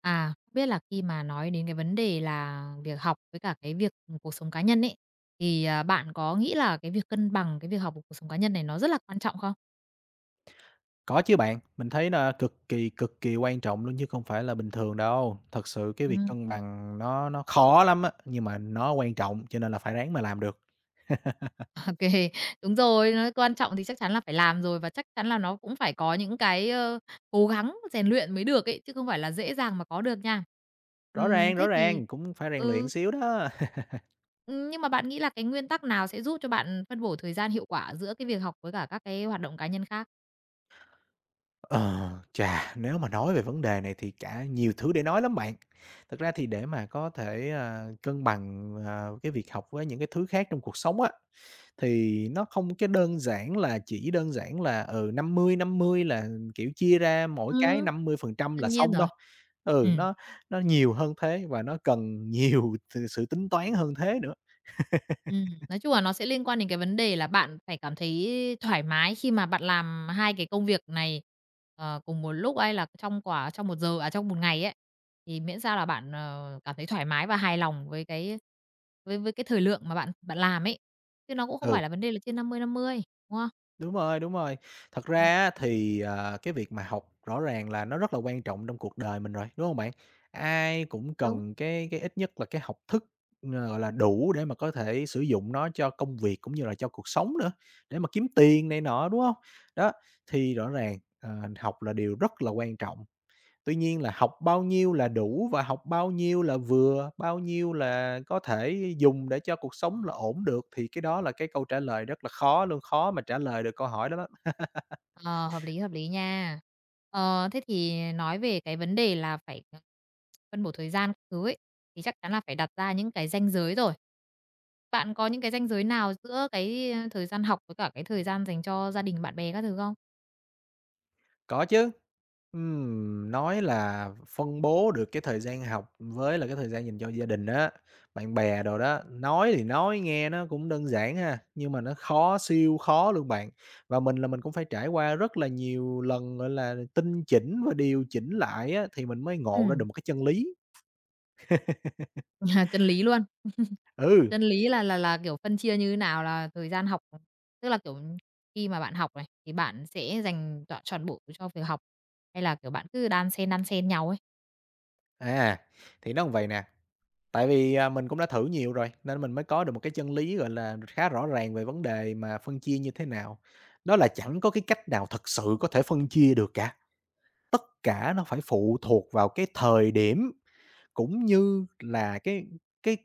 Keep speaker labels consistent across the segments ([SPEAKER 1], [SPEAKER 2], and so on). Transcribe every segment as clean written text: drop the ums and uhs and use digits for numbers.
[SPEAKER 1] À, không biết là khi mà nói đến cái vấn đề là việc học với cả cái việc cuộc sống cá nhân ấy, thì, bạn có nghĩ là cái việc cân bằng cái việc học và cuộc sống cá nhân này nó rất là quan trọng không?
[SPEAKER 2] Có chứ bạn, mình thấy là cực kỳ quan trọng luôn chứ không phải là bình thường đâu. Thật sự cái việc
[SPEAKER 1] Ừm,
[SPEAKER 2] cân bằng nó khó lắm á, nhưng mà nó quan trọng cho nên là phải ráng mà làm được.
[SPEAKER 1] ô đúng rồi, nó quan trọng thì chắc chắn là phải làm rồi và chắc chắn là nó cũng phải có những cái, cố gắng rèn luyện mới được ấy, chứ không phải là dễ dàng mà có được nha.
[SPEAKER 2] Rõ
[SPEAKER 1] Thế thì
[SPEAKER 2] ràng, cũng phải rèn luyện
[SPEAKER 1] ừ,
[SPEAKER 2] xíu đó.
[SPEAKER 1] nhưng mà bạn nghĩ là cái nguyên tắc nào sẽ giúp cho bạn phân bổ thời gian hiệu quả giữa cái việc học với cả các cái hoạt động cá nhân khác?
[SPEAKER 2] Nếu mà nói về vấn đề này thì cả nhiều thứ để nói lắm bạn. Thật ra thì để mà có thể, cân bằng, cái việc học với những cái thứ khác trong cuộc sống á, thì nó không cái đơn giản là chỉ đơn giản là, 50-50 là, kiểu, chia ra mỗi cái
[SPEAKER 1] Ừm.
[SPEAKER 2] 50% là
[SPEAKER 1] Đương nhiên
[SPEAKER 2] xong
[SPEAKER 1] rồi.
[SPEAKER 2] đâu. Ừ,
[SPEAKER 1] Ừm.
[SPEAKER 2] nó nhiều hơn thế và nó cần nhiều sự sự tính toán hơn thế nữa.
[SPEAKER 1] Nói chung là nó sẽ liên quan đến cái vấn đề là bạn phải cảm thấy thoải mái khi mà bạn làm 2 cái công việc này, cùng một lúc hay là trong một giờ trong một ngày ấy, thì miễn sao là bạn, cảm thấy thoải mái và hài lòng với cái với cái thời lượng mà bạn bạn làm ấy, chứ nó cũng không phải
[SPEAKER 2] Ừ.
[SPEAKER 1] là vấn đề là trên 50-50, đúng không?
[SPEAKER 2] Đúng rồi, đúng rồi. Thật ra
[SPEAKER 1] Ừm.
[SPEAKER 2] á thì, cái việc mà học rõ ràng là nó rất là quan trọng trong cuộc đời mình rồi, đúng không bạn? Ai cũng
[SPEAKER 1] Đúng.
[SPEAKER 2] cần cái ít nhất là cái học thức, gọi là, đủ để mà có thể sử dụng nó cho công việc cũng như là cho cuộc sống nữa, để mà kiếm tiền này nọ, đúng không? Đó, thì rõ ràng, học là điều rất là quan trọng. Tuy nhiên là học bao nhiêu là đủ và học bao nhiêu là vừa, bao nhiêu là có thể dùng để cho cuộc sống là ổn được thì cái đó là cái câu trả lời rất là khó luôn, khó mà trả lời được câu hỏi đó lắm.
[SPEAKER 1] Ờ, hợp lý nha. Ờ, thế thì nói về cái vấn đề là phải phân bổ thời gian các thứ ấy, thì chắc chắn là phải đặt ra những cái ranh giới rồi. Bạn có những cái ranh giới nào giữa cái thời gian học với cả cái thời gian dành cho gia đình, bạn bè các thứ không?
[SPEAKER 2] Có chứ. Nói là phân bố được cái thời gian học với là cái thời gian dành cho gia đình á, bạn bè đồ đó, nói thì nói nghe nó cũng đơn giản ha, nhưng mà nó khó, siêu khó luôn bạn. Và mình là mình cũng phải trải qua rất là nhiều lần, gọi là, tinh chỉnh và điều chỉnh lại á, thì mình mới ngộ ra
[SPEAKER 1] Ừm,
[SPEAKER 2] được một cái chân lý.
[SPEAKER 1] chân lý luôn.
[SPEAKER 2] Ừ,
[SPEAKER 1] Chân lý là, kiểu, phân chia như thế nào là thời gian học, tức là, kiểu, khi mà bạn học này, thì bạn sẽ dành trọn trọn bộ cho việc học, hay là, kiểu, bạn cứ đan xen nhau ấy?
[SPEAKER 2] à, thì nó như vậy nè. Tại vì, mình cũng đã thử nhiều rồi, nên mình mới có được một cái chân lý, gọi là, khá rõ ràng về vấn đề mà phân chia như thế nào. Đó là chẳng có cái cách nào thật sự có thể phân chia được cả, tất cả nó phải phụ thuộc vào cái thời điểm cũng như là cái,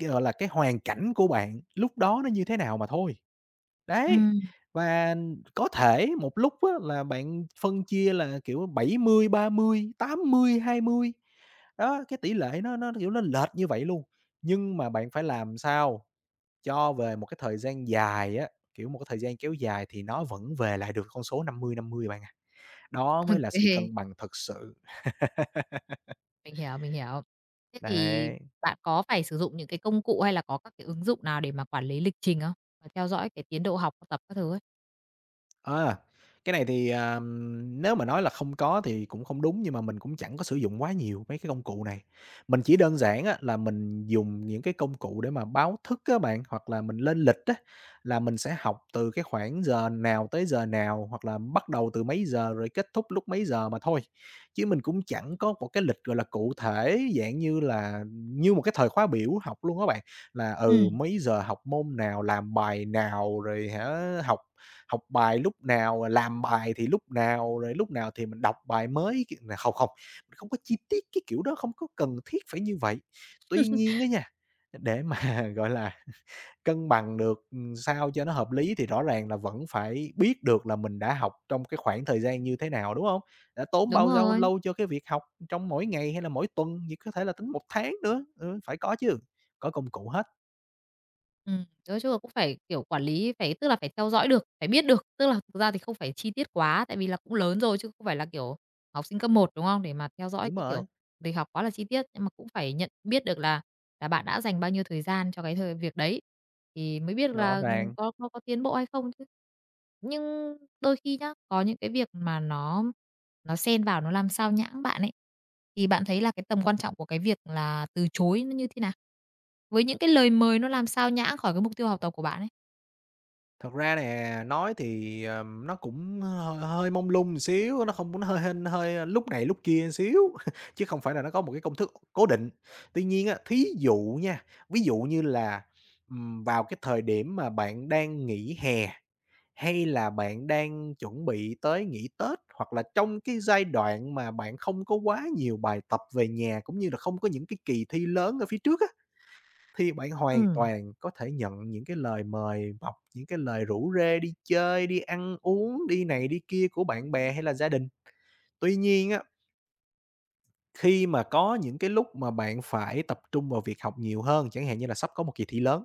[SPEAKER 2] cái gọi là, cái hoàn cảnh của bạn lúc đó nó như thế nào mà thôi. Đấy,
[SPEAKER 1] Ừm,
[SPEAKER 2] và có thể một lúc á là bạn phân chia là, kiểu, 70-30, 80-20, đó, cái tỷ lệ nó, kiểu, nó lệch như vậy luôn. Nhưng mà bạn phải làm sao cho về một cái thời gian dài á, kiểu, một cái thời gian kéo dài thì nó vẫn về lại được con số 50-50 bạn ạ. Đó mới là sự
[SPEAKER 1] ô
[SPEAKER 2] cân bằng thật sự,
[SPEAKER 1] mình hiểu, mình hiểu. Thế thì
[SPEAKER 2] đấy.
[SPEAKER 1] bạn có phải sử dụng những cái công cụ hay là có các cái ứng dụng nào để mà quản lý lịch trình không? Và theo dõi cái tiến độ học, học tập các thứ ấy?
[SPEAKER 2] À, cái này thì, nếu mà nói là không có thì cũng không đúng, nhưng mà mình cũng chẳng có sử dụng quá nhiều mấy cái công cụ này. Mình chỉ đơn giản á là mình dùng những cái công cụ để mà báo thức các bạn, hoặc là mình lên lịch á, là mình sẽ học từ cái khoảng giờ nào tới giờ nào, hoặc là bắt đầu từ mấy giờ rồi kết thúc lúc mấy giờ mà thôi. Chứ mình cũng chẳng có một cái lịch, gọi là, cụ thể dạng như là như một cái thời khóa biểu học luôn á bạn, là,
[SPEAKER 1] Ừm,
[SPEAKER 2] mấy giờ học môn nào, làm bài nào, rồi hả, học học bài lúc nào, làm bài thì lúc nào, rồi lúc nào thì mình đọc bài mới cái là không, mình không có chi tiết cái kiểu đó, không có cần thiết phải như vậy. Tuy nhiên á nha, để mà, gọi là, cân bằng được, sao cho nó hợp lý thì rõ ràng là vẫn phải biết được là mình đã học trong cái khoảng thời gian như thế nào, đúng không? Đã tốn
[SPEAKER 1] đúng
[SPEAKER 2] bao dâu
[SPEAKER 1] rồi.
[SPEAKER 2] lâu cho cái việc học trong mỗi ngày hay là mỗi tuần, gì có thể là tính một tháng nữa, phải có chứ, có công cụ hết,
[SPEAKER 1] Nói chung là cũng phải, kiểu, quản lý, tức là phải theo dõi được, phải biết được. Tức là thực ra thì không phải chi tiết quá, tại vì là cũng lớn rồi chứ không phải là, kiểu, học sinh cấp một đúng không? Để mà theo dõi
[SPEAKER 2] đúng
[SPEAKER 1] cái, kiểu,
[SPEAKER 2] rồi,
[SPEAKER 1] việc học quá là chi tiết, nhưng mà cũng phải nhận biết được là bạn đã dành bao nhiêu thời gian cho cái việc đấy, thì mới biết
[SPEAKER 2] rõ
[SPEAKER 1] là
[SPEAKER 2] ràng.
[SPEAKER 1] có tiến bộ hay không chứ. Nhưng đôi khi nhá, có những cái việc mà nó xen vào nó làm sao nhãng bạn ấy, thì bạn thấy là cái tầm quan trọng của cái việc là từ chối nó như thế nào? Với những cái lời mời nó làm sao nhãng khỏi cái mục tiêu học tập của bạn ấy?
[SPEAKER 2] Thật ra nè, nói thì, nó cũng hơi hơi mông lung một xíu, nó không nó hơi hên hơi lúc này lúc kia một xíu, chứ không phải là nó có một cái công thức cố định. Tuy nhiên á, thí dụ nha, ví dụ như là, vào cái thời điểm mà bạn đang nghỉ hè, hay là bạn đang chuẩn bị tới nghỉ Tết, hoặc là trong cái giai đoạn mà bạn không có quá nhiều bài tập về nhà, cũng như là không có những cái kỳ thi lớn ở phía trước á, thì bạn hoàn
[SPEAKER 1] Ừm.
[SPEAKER 2] toàn có thể nhận những cái lời mời mọc, những cái lời rủ rê đi chơi, đi ăn uống, đi này đi kia của bạn bè hay là gia đình. Tuy nhiên á, khi mà có những cái lúc mà bạn phải tập trung vào việc học nhiều hơn, chẳng hạn như là sắp có một kỳ thi lớn,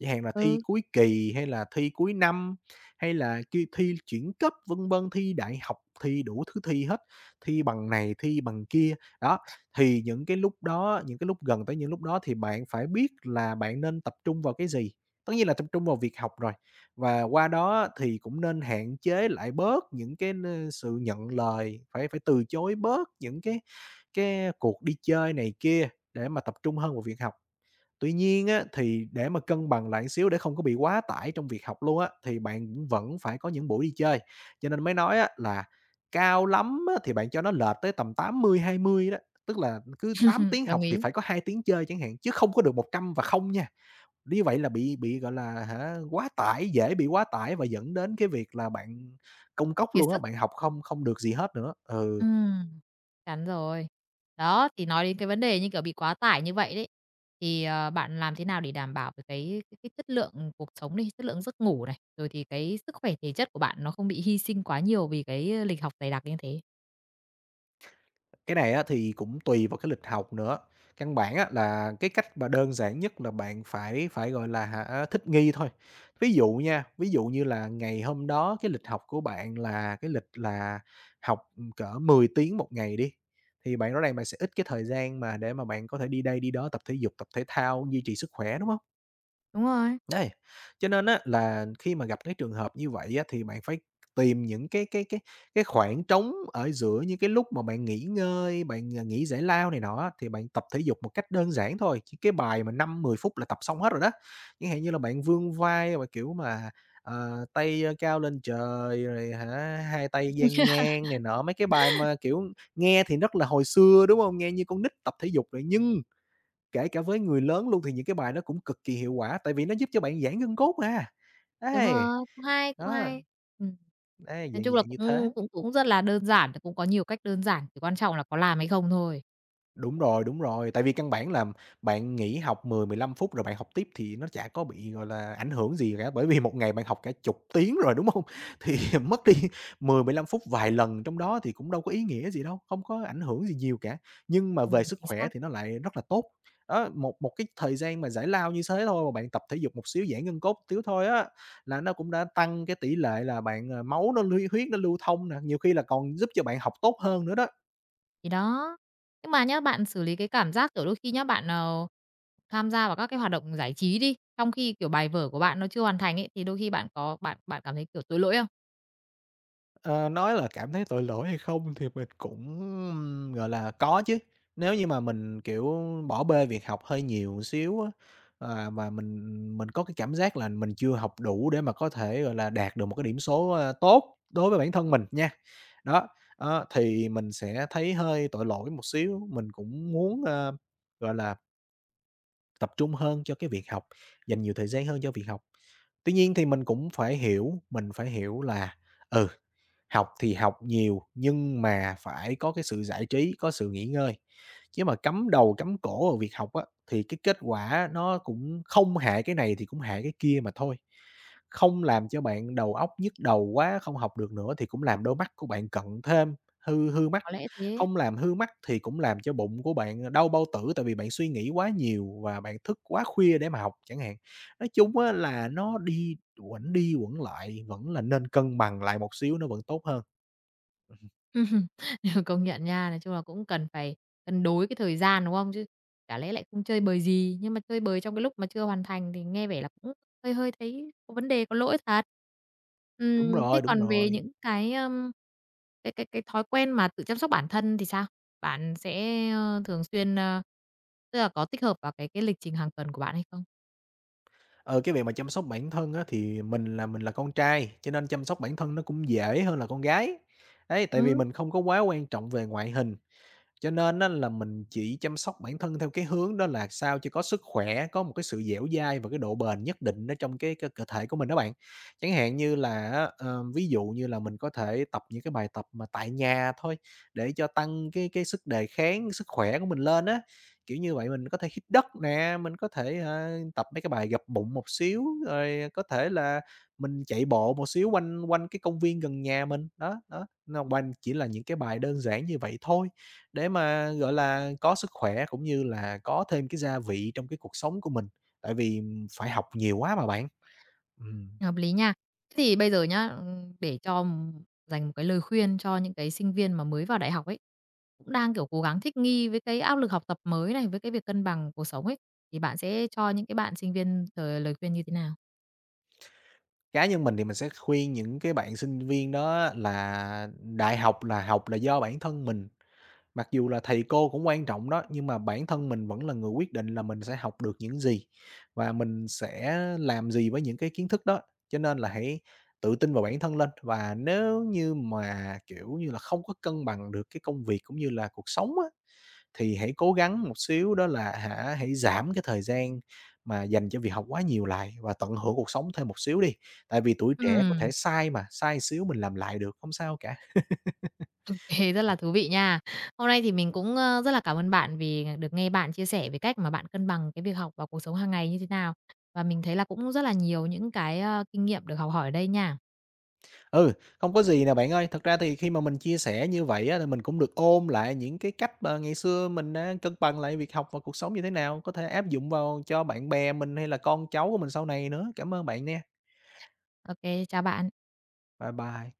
[SPEAKER 2] chẳng hạn là thi
[SPEAKER 1] Ừ,
[SPEAKER 2] cuối kỳ hay là thi cuối năm, hay là ki thi chuyển cấp, vân vân, thi đại học, thi đủ thứ thi hết, thi bằng này, thi bằng kia. Đó, thì những cái lúc đó, những cái lúc gần tới những lúc đó thì bạn phải biết là bạn nên tập trung vào cái gì. Tất nhiên là tập trung vào việc học rồi, và qua đó thì cũng nên hạn chế lại bớt những cái sự nhận lời, phải phải từ chối bớt những cái cuộc đi chơi này kia để mà tập trung hơn vào việc học. Tuy nhiên á, thì để mà cân bằng lại xíu để không có bị quá tải trong việc học luôn á, thì bạn cũng vẫn phải có những buổi đi chơi. Cho nên mới nói á, là cao lắm á, thì bạn cho nó lệch tới tầm 80-20 đó, tức là cứ tám tiếng
[SPEAKER 1] đồng
[SPEAKER 2] học thì
[SPEAKER 1] ý,
[SPEAKER 2] phải có 2 tiếng chơi chẳng hạn, chứ không có được 100 và không nha. Như vậy là bị, gọi là, hả, quá tải, dễ bị quá tải và dẫn đến cái việc là bạn công cốc
[SPEAKER 1] kiệt
[SPEAKER 2] luôn á,
[SPEAKER 1] sức.
[SPEAKER 2] bạn học không không được gì hết nữa. Ừ.
[SPEAKER 1] Ừm, chắn rồi. Đó, thì nói đến cái vấn đề như kiểu bị quá tải như vậy đấy, thì, ờ, bạn làm thế nào để đảm bảo được cái chất lượng cuộc sống đi, chất lượng giấc ngủ này, rồi thì cái sức khỏe thể chất của bạn nó không bị hy sinh quá nhiều vì cái lịch học dày đặc như thế?
[SPEAKER 2] Cái này á thì cũng tùy vào cái lịch học nữa. Căn bản á là cái cách mà đơn giản nhất là bạn phải phải, gọi là, hả, thích nghi thôi. Ví dụ nha, ví dụ như là ngày hôm đó cái lịch học của bạn là cái lịch là học, cỡ 10 tiếng một ngày đi, thì bạn rõ ràng bạn sẽ ít cái thời gian mà để mà bạn có thể đi đây đi đó, tập thể dục, tập thể thao, duy trì sức khỏe, đúng không?
[SPEAKER 1] Đúng rồi.
[SPEAKER 2] Đấy, cho nên á là khi mà gặp cái trường hợp như vậy á, thì bạn phải tìm những cái khoảng trống ở giữa những cái lúc mà bạn nghỉ ngơi, bạn, nghỉ giải lao này nọ thì bạn tập thể dục một cách đơn giản thôi, chỉ cái bài mà 5 10 phút là tập xong hết rồi đó. Chẳng hạn như là bạn vươn vai và, kiểu mà, tay, cao lên trời rồi hả, hai tay dang ngang này nọ, mấy cái bài mà, kiểu, nghe thì rất là hồi xưa, đúng không? Nghe như con nít tập thể dục rồi nhưng kể cả với người lớn luôn thì những cái bài nó cũng cực kỳ hiệu quả, tại vì nó giúp cho bạn giãn gân cốt mà.
[SPEAKER 1] Đúng
[SPEAKER 2] Ấy,
[SPEAKER 1] rồi, cũng hay, cũng
[SPEAKER 2] đó,
[SPEAKER 1] hay. Ừm.
[SPEAKER 2] ấy,
[SPEAKER 1] Nói
[SPEAKER 2] dạng
[SPEAKER 1] chung là
[SPEAKER 2] dạng như thế.
[SPEAKER 1] cũng cũng cũng rất là đơn giản, cũng có nhiều cách đơn giản, chỉ quan trọng là có làm hay không thôi.
[SPEAKER 2] Đúng rồi, tại vì căn bản là bạn nghỉ học 10, 15 phút rồi bạn học tiếp thì nó chả có bị, gọi là, ảnh hưởng gì cả, bởi vì một ngày bạn học cả chục tiếng rồi, đúng không? Thì mất đi 10, 15 phút vài lần trong đó thì cũng đâu có ý nghĩa gì đâu, không có ảnh hưởng gì nhiều cả, nhưng mà về sức
[SPEAKER 1] Chính
[SPEAKER 2] khỏe
[SPEAKER 1] xác.
[SPEAKER 2] thì nó lại rất là tốt. Đó, một một cái thời gian mà giải lao như thế thôi mà bạn tập thể dục một xíu, giãn gân cốt xíu thôi á, là nó cũng đã tăng cái tỷ lệ là bạn, máu nó lưu thông nè, nhiều khi là còn giúp cho bạn học tốt hơn nữa đó.
[SPEAKER 1] Thì đó. Nhưng mà nhá, bạn xử lý cái cảm giác, kiểu, đôi khi nhá, bạn, tham gia vào các cái hoạt động giải trí đi, trong khi, kiểu, bài vở của bạn nó chưa hoàn thành ấy, thì đôi khi bạn có bạn bạn cảm thấy, kiểu, tội lỗi không?
[SPEAKER 2] Ờ, nói là cảm thấy tội lỗi hay không thì mình cũng, gọi là, có chứ. Nếu như mà mình, kiểu, bỏ bê việc học hơi nhiều một xíu á, mà mình có cái cảm giác là mình chưa học đủ để mà có thể, gọi là, đạt được một cái điểm số, tốt đối với bản thân mình nha. Đó, đó, thì mình sẽ thấy hơi tội lỗi một xíu, mình cũng muốn, ơ, gọi là tập trung hơn cho cái việc học, dành nhiều thời gian hơn cho việc học. Tuy nhiên thì mình cũng phải hiểu, là, ừ, học thì học nhiều nhưng mà phải có cái sự giải trí, có sự nghỉ ngơi. Chứ mà cắm đầu cắm cổ vào việc học á, thì cái kết quả nó cũng không hại cái này thì cũng hại cái kia mà thôi. Không làm cho bạn đầu óc nhức đầu quá, không học được nữa thì cũng làm đôi mắt của bạn cận thêm, hư hư mắt.
[SPEAKER 1] Có lẽ thế.
[SPEAKER 2] Không làm hư mắt thì cũng làm cho bụng của bạn đau bao tử, tại vì bạn suy nghĩ quá nhiều và bạn thức quá khuya để mà học chẳng hạn. Nói chung á là nó đi quẩn lại, vẫn là nên cân bằng lại một xíu nó vẫn tốt hơn.
[SPEAKER 1] Ừm, công nhận nha. Nói chung là cũng cần phải cân đối cái thời gian, đúng không? Chứ chả lẽ lại không chơi bời gì, nhưng mà chơi bời trong cái lúc mà chưa hoàn thành thì nghe vẻ là cũng hơi hơi thấy có vấn đề, có lỗi thật.
[SPEAKER 2] Đúng
[SPEAKER 1] Thế
[SPEAKER 2] rồi, đúng
[SPEAKER 1] còn về
[SPEAKER 2] rồi.
[SPEAKER 1] những cái, cái thói quen mà tự chăm sóc bản thân thì sao? Bạn sẽ, thường xuyên, tức là có tích hợp vào cái lịch trình hàng tuần của bạn hay không?
[SPEAKER 2] Ờ, cái việc mà chăm sóc bản thân á thì mình là, con trai, cho nên chăm sóc bản thân nó cũng dễ hơn là con gái. Đấy, tại vì mình không có quá quan trọng về ngoại hình. Cho nên á là mình chỉ chăm sóc bản thân theo cái hướng đó là sao cho có sức khỏe, có một cái sự dẻo dai và cái độ bền nhất định ở trong cái cơ cơ thể của mình đó bạn. Chẳng hạn như là á, ví dụ như là mình có thể tập những cái bài tập mà tại nhà thôi để cho tăng cái sức đề kháng, sức khỏe của mình lên á. Kiểu như vậy mình có thể hít đất nè, mình có thể, tập mấy cái bài gập bụng một xíu, rồi có thể là mình chạy bộ một xíu quanh quanh cái công viên gần nhà mình. Đó, đó, nó quanh chỉ là những cái bài đơn giản như vậy thôi. Để mà, gọi là, có sức khỏe cũng như là có thêm cái gia vị trong cái cuộc sống của mình, tại vì phải học nhiều quá mà bạn. Ừm,
[SPEAKER 1] Hợp lý nha. Thế thì bây giờ nhá, để cho, dành một cái lời khuyên cho những cái sinh viên mà mới vào đại học ấy, cũng đang, kiểu, cố gắng thích nghi với cái áp lực học tập mới này, với cái việc cân bằng cuộc sống ấy, thì bạn sẽ cho những cái bạn sinh viên thời lời khuyên như thế nào?
[SPEAKER 2] cá nhân mình thì mình sẽ khuyên những cái bạn sinh viên đó là đại học là do bản thân mình, mặc dù là thầy cô cũng quan trọng đó, nhưng mà bản thân mình vẫn là người quyết định là mình sẽ học được những gì và mình sẽ làm gì với những cái kiến thức đó. Cho nên là hãy tự tin vào bản thân lên, và nếu như mà, kiểu như là, không có cân bằng được cái công việc cũng như là cuộc sống á, thì hãy cố gắng một xíu đó là hả, hãy giảm cái thời gian mà dành cho việc học quá nhiều lại và tận hưởng cuộc sống thêm một xíu đi. Tại vì tuổi trẻ có thể
[SPEAKER 1] Ừm,
[SPEAKER 2] sai mà, sai xíu mình làm lại được, không sao cả.
[SPEAKER 1] ô rất là thú vị nha. Hôm nay thì mình cũng, rất là cảm ơn bạn vì được nghe bạn chia sẻ về cách mà bạn cân bằng cái việc học và cuộc sống hàng ngày như thế nào. Và mình thấy là cũng rất là nhiều những cái, kinh nghiệm được học hỏi ở đây nha.
[SPEAKER 2] Ừ, không có gì nè bạn ơi, thật ra thì khi mà mình chia sẻ như vậy á, thì mình cũng được ôm lại những cái cách mà ngày xưa mình đã cân bằng lại việc học và cuộc sống như thế nào, có thể áp dụng vào cho bạn bè mình hay là con cháu của mình sau này nữa. Cảm ơn bạn nha.
[SPEAKER 1] OK, chào bạn.
[SPEAKER 2] Bye bye.